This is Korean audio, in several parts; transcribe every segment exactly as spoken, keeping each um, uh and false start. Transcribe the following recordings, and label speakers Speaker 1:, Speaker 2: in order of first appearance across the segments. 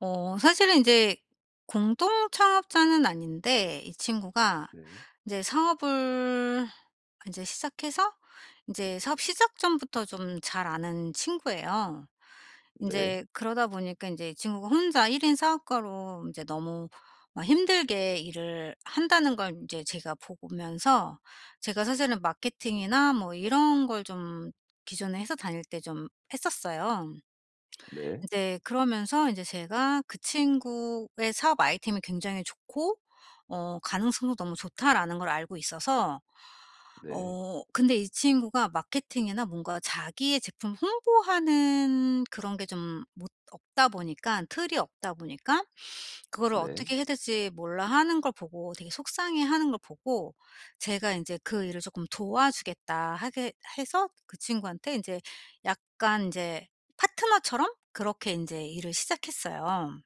Speaker 1: 어 사실은 이제 공동 창업자는 아닌데, 이 친구가
Speaker 2: 네.
Speaker 1: 이제 사업을 이제 시작해서, 이제 사업 시작 전부터 좀 잘 아는 친구예요. 이
Speaker 2: 네.
Speaker 1: 제 그러다 보니까 이제 이 친구가 혼자 일 인 사업가로 이제 너무 막 힘들게 일을 한다는 걸 이제 제가 보면서, 제가 사실은 마케팅이나 뭐 이런 걸 좀 기존에 해서 다닐 때 좀 했었어요.
Speaker 2: 네.
Speaker 1: 이제 그러면서 이제 제가 그 친구의 사업 아이템이 굉장히 좋고 어 가능성도 너무 좋다라는 걸 알고 있어서,
Speaker 2: 네.
Speaker 1: 어 근데 이 친구가 마케팅이나 뭔가 자기의 제품 홍보하는 그런 게 좀 못 없다 보니까, 틀이 없다 보니까 그거를
Speaker 2: 네.
Speaker 1: 어떻게 해야 될지 몰라 하는 걸 보고, 되게 속상해하는 걸 보고 제가 인제 그 일을 쪼끔 도와주겠다 하게 해서, 그 친구한테 인제 약간 인제 파트너처럼 그렇게 인제 일을 시작했어요.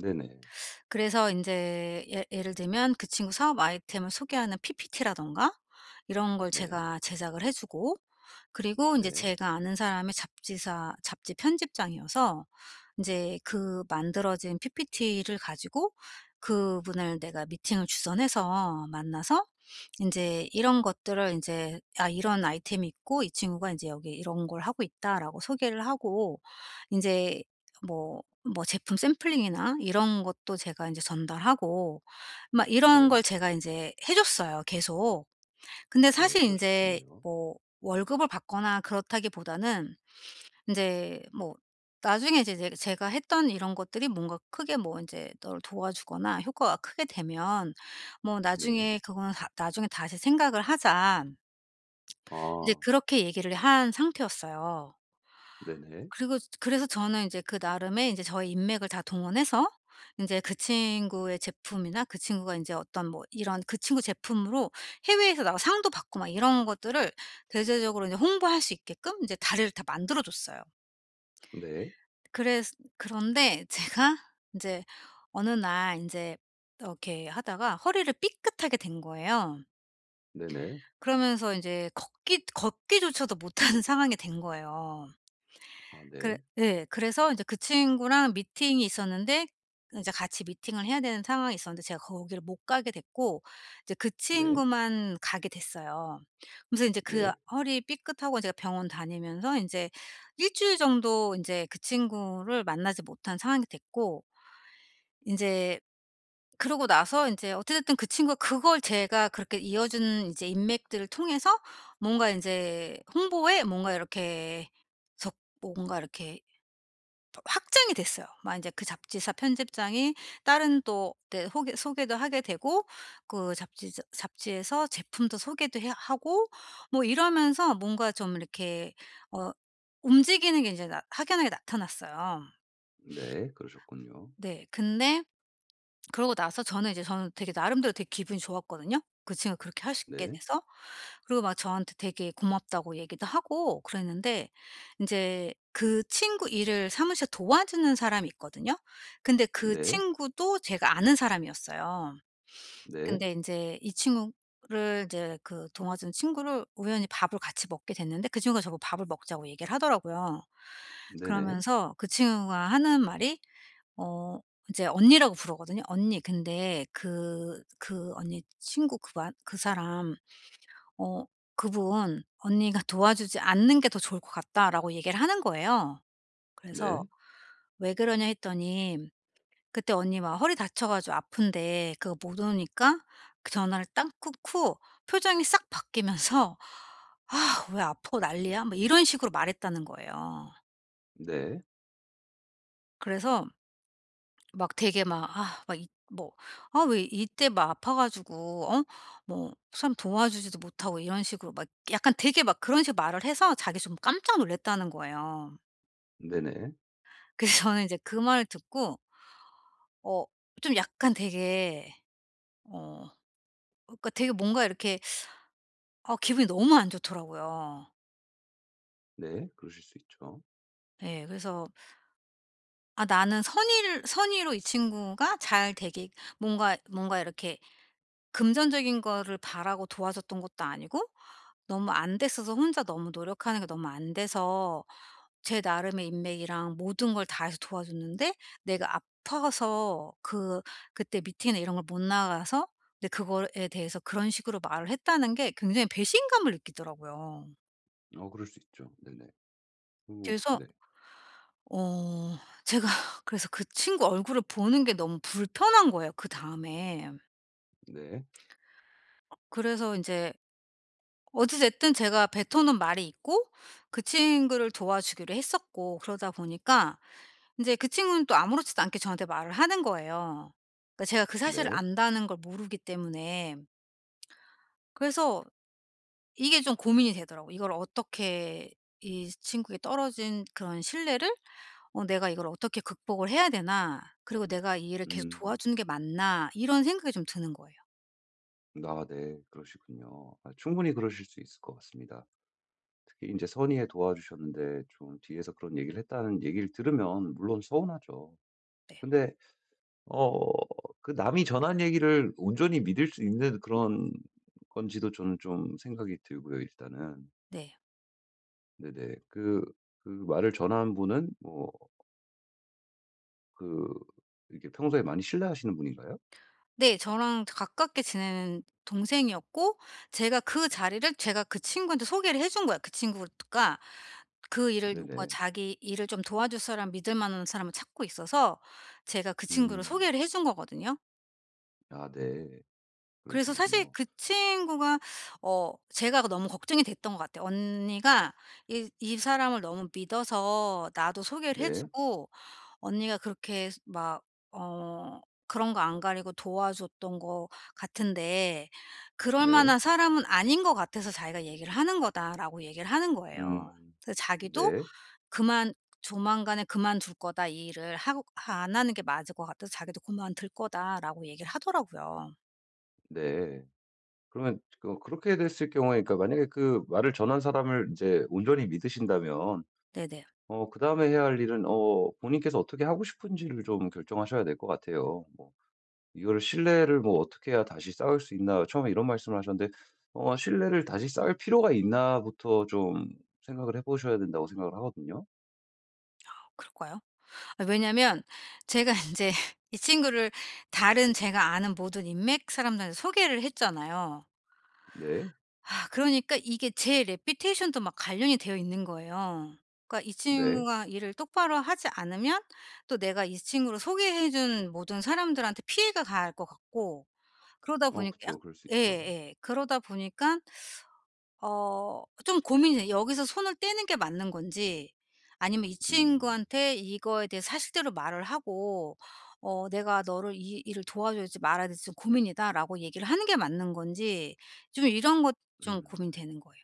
Speaker 2: 네네.
Speaker 1: 그래서 인제 예 예를 들면 그 친구 사업 아이템을 소개하는 피피티라든가 이런 걸
Speaker 2: 네.
Speaker 1: 제가 제작을 해 주고, 그리고 인제
Speaker 2: 네.
Speaker 1: 제가 아는 사람의 잡지사 잡지 편집장이어서, 인제 그 만들어진 피피티를 가지고 그분을 내가 미팅을 주선해서 만나서 인제 이런 것들을 인제 "아, 이런 아이템이 있고 이 친구가 인제 여기 이런 걸 하고 있다."라고 소개를 하고, 인제 뭐 뭐 제품 샘플링이나 이런 것도 제가 인제 전달하고, 막 이런
Speaker 2: 네.
Speaker 1: 걸 제가 인제 해 줬어요 계속. 근데
Speaker 2: 네.
Speaker 1: 사실 인제
Speaker 2: 그러셨군요.
Speaker 1: 뭐 월급을 받거나 그렇다기보다는 인제 뭐 나중에 이제 제 제가 했던 이런 것들이 뭔가 크게 뭐 인제 너를 도와주거나 효과가 크게 되면 뭐
Speaker 2: 네.
Speaker 1: "나중에 그거는 다 나중에 다시 생각을 하자." 이제
Speaker 2: 아.
Speaker 1: 그렇게 얘기를 한 상태였어요.
Speaker 2: 네네.
Speaker 1: 그리고 그래서 저는 이제 그 나름의 이제 저의 인맥을 다 동원해서 인제 그 친구의 제품이나 그 친구가 인제 어떤 뭐 이런 그 친구 제품으로 해외에서 나가 상도 받고, 막 이런 것들을 대대적으로 인제 홍보할 수 있게끔 인제 다리를 다 만들어 줬어요.
Speaker 2: 네.
Speaker 1: 그래스 그런데 제가 인제 어느 날 인제 이렇게 하다가 허리를 삐끗하게 된 거예요.
Speaker 2: 네네.
Speaker 1: 그러면서 인제 걷기 걷기조차도 못하는 상황이 된 거예요.
Speaker 2: 아
Speaker 1: 그래
Speaker 2: 네.
Speaker 1: 예. 그래서 인제 그 친구랑 미팅이 있었는데, 이제 같이 미팅을 해야 되는 상황이 있었는데 제가 거기를 못 가게 됐고, 이제 그
Speaker 2: 네.
Speaker 1: 친구만 가게 됐어요. 그러면서 인제 그
Speaker 2: 네.
Speaker 1: 허리 삐끗하고 제가 병원 다니면서 인제 일 주일 정도 인제 그 친구를 만나지 못한 상황이 됐고, 인제 그러고 나서 인제 어찌 됐든 그 친구가 그걸 제가 그렇게 이어준 이제 인맥들을 통해서 뭔가 인제 홍보에 뭔가 이렇게 적 뭔가 이렇게 확장이 됐어요. 막 이제 그 잡지사 편집장이 다른 또 네 호게 소개도 하게 되고 그 잡지 잡지에서 제품도 소개도 해 하고, 뭐 이러면서 뭔가 좀 이렇게 어 움직이는 게 이제 나 확연하게 나타났어요.
Speaker 2: 네. 그러셨군요.
Speaker 1: 네. 근데 그러고 나서 저는 이제 저는 되게 나름대로 되게 기분이 좋았거든요. 그 친구가 그렇게 할 수 있게
Speaker 2: 네.
Speaker 1: 돼서. 그리고 막 저한테 되게 고맙다고 얘기도 하고 그랬는데, 인제 그 친구 일을 사무실에 도와주는 사람이 있거든요. 근데 그
Speaker 2: 네.
Speaker 1: 친구도 제가 아는 사람이었어요.
Speaker 2: 네.
Speaker 1: 근데 인제 이 친구를, 이제 그 도와준 친구를 우연히 밥을 같이 먹게 됐는데 그 친구가 저보고 밥을 먹자고 얘기를 하더라고요.
Speaker 2: 네네.
Speaker 1: 그러면서 그 친구가 하는 말이, 어 이제 언니라고 부르거든요. "언니 근데 그 그 언니 친구 그 마 그 사람, 어 그분 언니가 도와주지 않는 게 더 좋을 것 같다."라고 얘기를 하는 거예요. 그래서
Speaker 2: 네.
Speaker 1: "왜 그러냐?" 했더니, 그때 언니 막 허리 다쳐 가지고 아픈데 그거 못 오니까 그 전화를 딱 끊고 표정이 싹 바뀌면서 "아, 왜 아프고 난리야?" 뭐 이런 식으로 말했다는 거예요.
Speaker 2: 네.
Speaker 1: 그래서 막 되게 막 아 막 이 뭐 '아, 왜 이때 막 아파 가지고, 어 뭐 사람 도와주지도 못하고.' 이런 식으로 막 약간 되게 막 그런 식으로 말을 해서 자기 좀 깜짝 놀랐다는 거예요.
Speaker 2: 네네.
Speaker 1: 그래서 저는 이제 그 말을 듣고, 어 좀 약간 되게, 어 그러니까 되게 뭔가 이렇게, 어, 기분이 너무 안 좋더라고요.
Speaker 2: 네. 그러실 수 있죠.
Speaker 1: 예. 그래서, '아, 나는 선의를 선의로 이 친구가 잘 되게, 뭔가 뭔가 이렇게 금전적인 거를 바라고 도와줬던 것도 아니고, 너무 안 됐어서 혼자 너무 노력하는 게 너무 안 돼서 제 나름의 인맥이랑 모든 걸 다해서 도와줬는데, 내가 아파서 그 그때 미팅이나 이런 걸 못 나가서, 근데 그거에 대해서 그런 식으로 말을 했다는 게' 굉장히 배신감을 느끼더라고요.
Speaker 2: 어 그럴 수 있죠. 네네. 오
Speaker 1: 그래서,
Speaker 2: 네.
Speaker 1: 어 제가 그래서 그 친구 얼굴을 보는 게 너무 불편한 거예요, 그다음에.
Speaker 2: 네.
Speaker 1: 그래서 이제 어찌 됐든 제가 뱉어 놓은 말이 있고, 그 친구를 도와주기로 했었고 그러다 보니까, 인제 그 친구는 또 아무렇지도 않게 저한테 말을 하는 거예요. 그러니까 제가 그 사실을
Speaker 2: 네.
Speaker 1: 안다는 걸 모르기 때문에. 그래서 이게 좀 고민이 되더라고요. 이걸 어떻게, 이 친구에게 떨어진 그런 신뢰를, 어 '내가 이걸 어떻게 극복을 해야 되나? 그리고 내가 이 일을 계속
Speaker 2: 음.
Speaker 1: 도와주는 게 맞나?' 이런 생각이 좀 드는 거예요.
Speaker 2: 아 네. 그러시군요. 아 충분히 그러실 수 있을 것 같습니다. 특히 이제 선의에 도와주셨는데 좀 뒤에서 그런 얘기를 했다는 얘기를 들으면 물론 서운하죠.
Speaker 1: 네.
Speaker 2: 근데 어 그 남이 전한 얘기를 온전히 믿을 수 있는 그런 건지도 저는 좀 생각이 들고요 일단은.
Speaker 1: 네.
Speaker 2: 네네. 그 그 말을 전한 분은 뭐 그 이렇게 평소에 많이 신뢰하시는 분인가요?
Speaker 1: 네. 저랑 가깝게 지내는 동생이었고, 제가 그 자리를 제가 그 친구한테 소개를 해준 거예요. 그 친구가 그 일을 뭔가
Speaker 2: 네네.
Speaker 1: 자기 일을 좀 도와줄 사람, 믿을 만한 사람을 찾고 있어서 제가 그 친구를
Speaker 2: 음.
Speaker 1: 소개를 해준 거거든요.
Speaker 2: 아 네.
Speaker 1: 그래서 사실
Speaker 2: 그러시군요.
Speaker 1: 그 친구가, 어 제가 너무 걱정이 됐던 것 같아요. '언니가 이 이 사람을 너무 믿어서 나도 소개를 해
Speaker 2: 네.
Speaker 1: 주고, 언니가 그렇게 막 어 그런 거 안 가리고 도와줬던 것 같은데, "그럴
Speaker 2: 네.
Speaker 1: 만한 사람은 아닌 것 같아서 자기가 얘기를 하는 거다."'라고 얘기를 하는 거예요.
Speaker 2: 음.
Speaker 1: 그래서 자기도
Speaker 2: 네.
Speaker 1: 그만 조만간에 '그만둘 거다. 이 일을 하고 안 하는 게 맞을 것 같아서 자기도 그만둘 거다.'라고 얘기를 하더라고요.
Speaker 2: 네. 그러면 그 그렇게 됐을 경우에 그러니까 만약에 그 말을 전한 사람을 이제 온전히 믿으신다면
Speaker 1: 네네.
Speaker 2: 어 그다음에 해야 할 일은 어 본인께서 어떻게 하고 싶은지를 좀 결정하셔야 될 것 같아요. 뭐 "이거를 신뢰를 뭐 어떻게 해야 다시 쌓을 수 있나." 처음에 이런 말씀을 하셨는데 어 '신뢰를 다시 쌓을 필요가 있나.'부터 좀 생각을 해 보셔야 된다고 생각을 하거든요.
Speaker 1: 그럴까요? 아, 왜냐면 제가 이제 이 친구를, 다른 제가 아는 모든 인맥 사람들한테 소개를 했잖아요.
Speaker 2: 네.
Speaker 1: 아, 그러니까 이게 제 레피테이션도 막 관련이 되어 있는 거예요. 그러니까 이
Speaker 2: 네.
Speaker 1: 친구가 일을 똑바로 하지 않으면, 또 내가 이 친구를 소개해 준 모든 사람들한테 피해가 갈 것 같고, 그러다
Speaker 2: 어
Speaker 1: 보니까 약
Speaker 2: 그쵸. 그럴 수 있죠.
Speaker 1: 예예. 그러다 보니까 어 좀 고민이 돼요. 여기서 손을 떼는 게 맞는 건지, 아니면 이
Speaker 2: 음.
Speaker 1: 친구한테 이거에 대해 사실대로 말을 하고 어 '내가 너를, 이 일을 도와줘야지 말아야 될지 좀 고민이다.'라고 얘기를 하는 게 맞는 건지, 좀 이런 것 좀
Speaker 2: 음.
Speaker 1: 고민되는 거예요.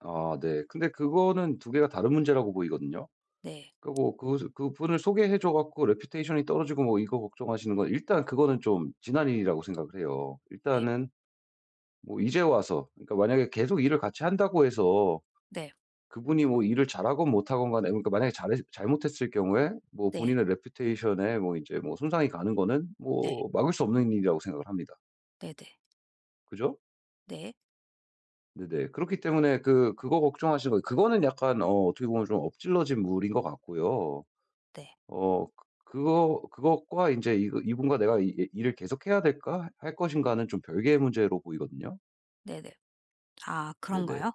Speaker 2: 아 네. 근데 그거는 두 개가 다른 문제라고 보이거든요.
Speaker 1: 네.
Speaker 2: 그 뭐 그 그분을 소개해 줘 갖고 레퓨테이션이 떨어지고 뭐 이거 걱정하시는 건 일단 그거는 좀 지난 일이라고 생각을 해요.
Speaker 1: 네.
Speaker 2: 일단은 뭐 이제 와서 그러니까 만약에 계속 일을 같이 한다고 해서
Speaker 1: 네.
Speaker 2: 그분이 뭐 일을 잘하건 못하건 간에 그러니까 만약에 잘 잘못했을 경우에 뭐
Speaker 1: 네.
Speaker 2: 본인의 레퓨테이션에 뭐 이제 뭐 손상이 가는 거는
Speaker 1: 네.
Speaker 2: 뭐 막을 수 없는 일이라고 생각을 합니다.
Speaker 1: 네 네.
Speaker 2: 그죠?
Speaker 1: 네.
Speaker 2: 네네. 그렇기 때문에 그 그거 걱정하시는 거 그거는 약간 어 어떻게 보면 좀 엎질러진 물인 것 같고요.
Speaker 1: 네.
Speaker 2: 어 그 그거 그것과 이제 이 '이분과 내가 이 이 일을 계속해야 될까? 할 것인가?'는 좀 별개의 문제로 보이거든요.
Speaker 1: 네네. 아
Speaker 2: 네네.
Speaker 1: 그런가요?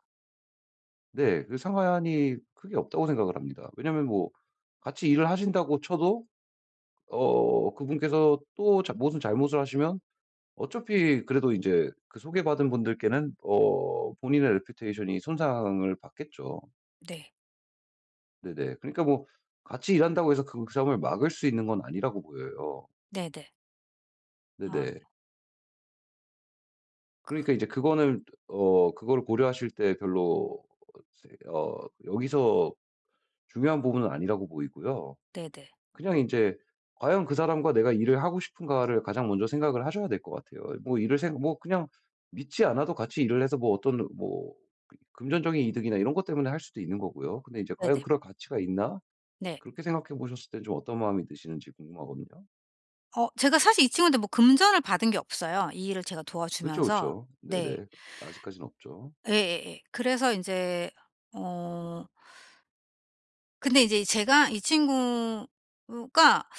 Speaker 2: 네. 그 상관이 크게 없다고 생각을 합니다. 왜냐면 뭐 같이 일을 하신다고 쳐도 어 그분께서 또 자 무슨 잘못을 하시면 어차피 그래도 이제 그 소개받은 분들께는 어 본인의 레퓨테이션이 손상을 받겠죠.
Speaker 1: 네.
Speaker 2: 네네. 그러니까 뭐 같이 일한다고 해서 그 그 사람을 막을 수 있는 건 아니라고 보여요.
Speaker 1: 네네. 아
Speaker 2: 네네.
Speaker 1: 네. 그
Speaker 2: 그러니까 이제 그거는 어 그거를 고려하실 때 별로 어 여기서 중요한 부분은 아니라고 보이고요.
Speaker 1: 네네.
Speaker 2: 그냥 인제 '과연 그 사람과 내가 일을 하고 싶은가.'를 가장 먼저 생각을 하셔야 될 것 같아요. 뭐 일을 생 뭐 그냥 믿지 않아도 같이 일을 해서 뭐 어떤 뭐 그 금전적인 이득이나 이런 것 때문에 할 수도 있는 거고요. 근데 이제
Speaker 1: 네네.
Speaker 2: '과연
Speaker 1: 네.
Speaker 2: 그럴 가치가 있나?'
Speaker 1: 네, 네.
Speaker 2: 그렇게 생각해 보셨을 땐 좀 어떤 마음이 드시는지 궁금하거든요.
Speaker 1: 어 제가 사실 이 친구한테 뭐 금전을 받은 게 없어요, 이 일을 제가
Speaker 2: 그쵸,
Speaker 1: 도와주면서.
Speaker 2: 그쵸.
Speaker 1: 네.
Speaker 2: 네네. 아직까진 없죠.
Speaker 1: 예예예. 그래서 이제, 어 근데 이제 제가 이 친구가,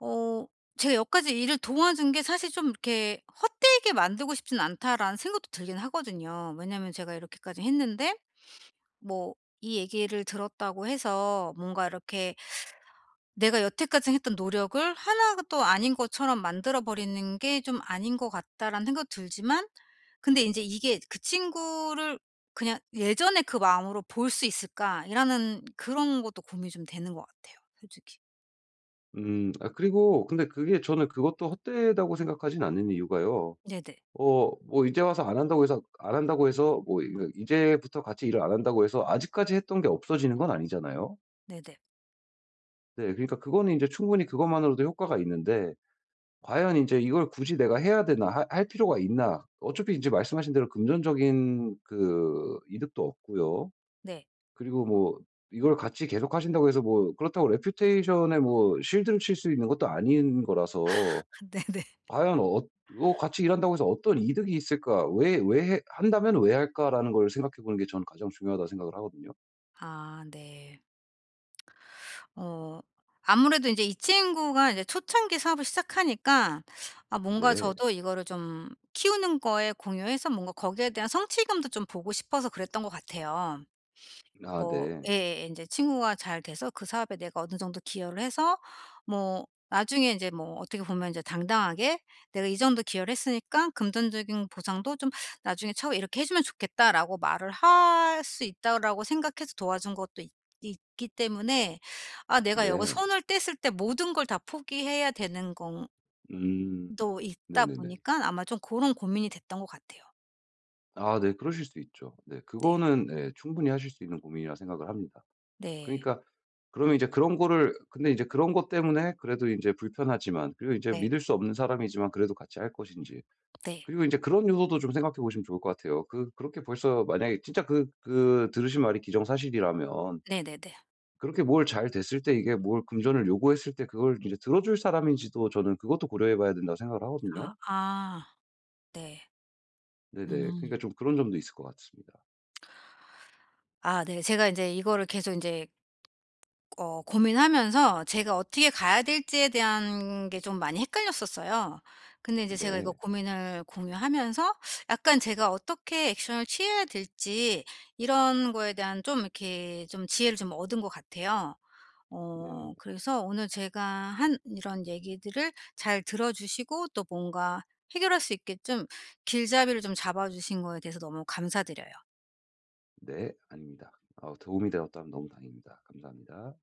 Speaker 1: 어 제가 여기까지 일을 도와준 게 사실 좀 이렇게 '헛되게 만들고 싶진 않다.'라는 생각도 들긴 하거든요. 왜냐면 제가 이렇게까지 했는데, 뭐 이 얘기를 들었다고 해서 뭔가 이렇게 내가 여태까지 했던 노력을 하나도 아닌 것처럼 만들어 버리는 게 좀 아닌 것 같다라는 생각도 들지만, 근데 인제 이게 '그 친구를 그냥 예전의 그 마음으로 볼 수 있을까?'이라는 그런 것도 고민이 좀 되는 것 같아요, 솔직히.
Speaker 2: 음. 아 그리고 근데 그게 저는 그것도 헛되다고 생각하진 않는 이유가요.
Speaker 1: 네네.
Speaker 2: 어 뭐 이제 와서 안 한다고 해서 안 한다고 해서 뭐 이거 이제부터 같이 일을 안 한다고 해서 아직까지 했던 게 없어지는 건 아니잖아요.
Speaker 1: 네네.
Speaker 2: 네. 그러니까 그거는 이제 충분히 그것만으로도 효과가 있는데 과연 이제 '이걸 굳이 내가 해야 되나? 하 할 필요가 있나?' 어차피 이제 말씀하신 대로 금전적인 그 이득도 없고요.
Speaker 1: 네.
Speaker 2: 그리고 뭐 이걸 같이 계속하신다고 해서 뭐 그렇다고 레퓨테이션에 뭐 실드를 칠 수 있는 것도 아닌 거라서
Speaker 1: 네네.
Speaker 2: 과연 어 어 '같이 일한다고 해서 어떤 이득이 있을까? 왜 왜 해 한다면 왜 할까?'라는 걸 생각해 보는 게 저는 가장 중요하다고 생각을 하거든요.
Speaker 1: 아 네. 어 아무래도 이제 이 친구가 이제 초창기 사업을 시작하니까, 아 뭔가
Speaker 2: 네.
Speaker 1: 저도 이거를 좀 키우는 거에 공유해서 뭔가 거기에 대한 성취감도 좀 보고 싶어서 그랬던 것 같아요.
Speaker 2: 아
Speaker 1: 뭐
Speaker 2: 네.
Speaker 1: 예예. 제 친구가 잘 돼서 그 사업에 내가 어느 정도 기여를 해서, 뭐 나중에 이제 뭐 어떻게 보면 이제 당당하게 '내가 이 정도 기여를 했으니까 금전적인 보상도 좀 나중에 차후 이렇게 해 주면 좋겠다.'라고 말을 할 수 있다라고 생각해서 도와준 것도 있기 때문에, 아 내가 여기
Speaker 2: 네.
Speaker 1: 손을 뗐을 때 모든 걸 다 포기해야 되는 건
Speaker 2: 음.
Speaker 1: 도 있다 보니
Speaker 2: 네네네.
Speaker 1: 까 아마 좀 그런 고민이 됐던 것 같아요.
Speaker 2: 아 네. 그러실 수 있죠. 네.
Speaker 1: 네.
Speaker 2: 그거는 네 충분히 하실 수 있는 고민이라 생각을 합니다.
Speaker 1: 네.
Speaker 2: 그러니까 그러면 이제 그런 거를 근데 이제 그런 것 때문에 그래도 이제 불편하지만 그리고 이제
Speaker 1: 네.
Speaker 2: 믿을 수 없는 사람이지만 그래도 같이 할 것인지
Speaker 1: 네.
Speaker 2: 그리고 이제 그런 요소도 좀 생각해 보시면 좋을 것 같아요. 그 그렇게 벌써 만약에 진짜 그 그 들으신 말이 기정사실이라면
Speaker 1: 네네네.
Speaker 2: 그렇게 뭘 잘 됐을 때 이게 뭘 금전을 요구했을 때 그걸 이제 들어줄 사람인지도 저는 그것도 고려해 봐야 된다고 생각을
Speaker 1: 아
Speaker 2: 하거든요.
Speaker 1: 아. 네.
Speaker 2: 네네.
Speaker 1: 음.
Speaker 2: 그러니까 좀 그런 점도 있을 것 같습니다.
Speaker 1: 아 네. 제가 인제 이거를 계속 인제 어 고민하면서 제가 어떻게 가야 될지에 대한 게 좀 많이 헷갈렸었어요. 근데 인제 제가 이거
Speaker 2: 네.
Speaker 1: 고민을 공유하면서, 약간 제가 어떻게 액션을 취해야 될지, 이런 거에 대한 좀 이렇게 좀 지혜를 좀 얻은 것 같아요. 어
Speaker 2: 네.
Speaker 1: 그래서 오늘 제가 한 이런 얘기들을 잘 들어 주시고 또 뭔가 해결할 수 있게 좀 길잡이를 좀 잡아 주신 거에 대해서 너무 감사드려요.
Speaker 2: 네. 아닙니다. 아 도움이 되었다면 너무 다행입니다. 감사합니다.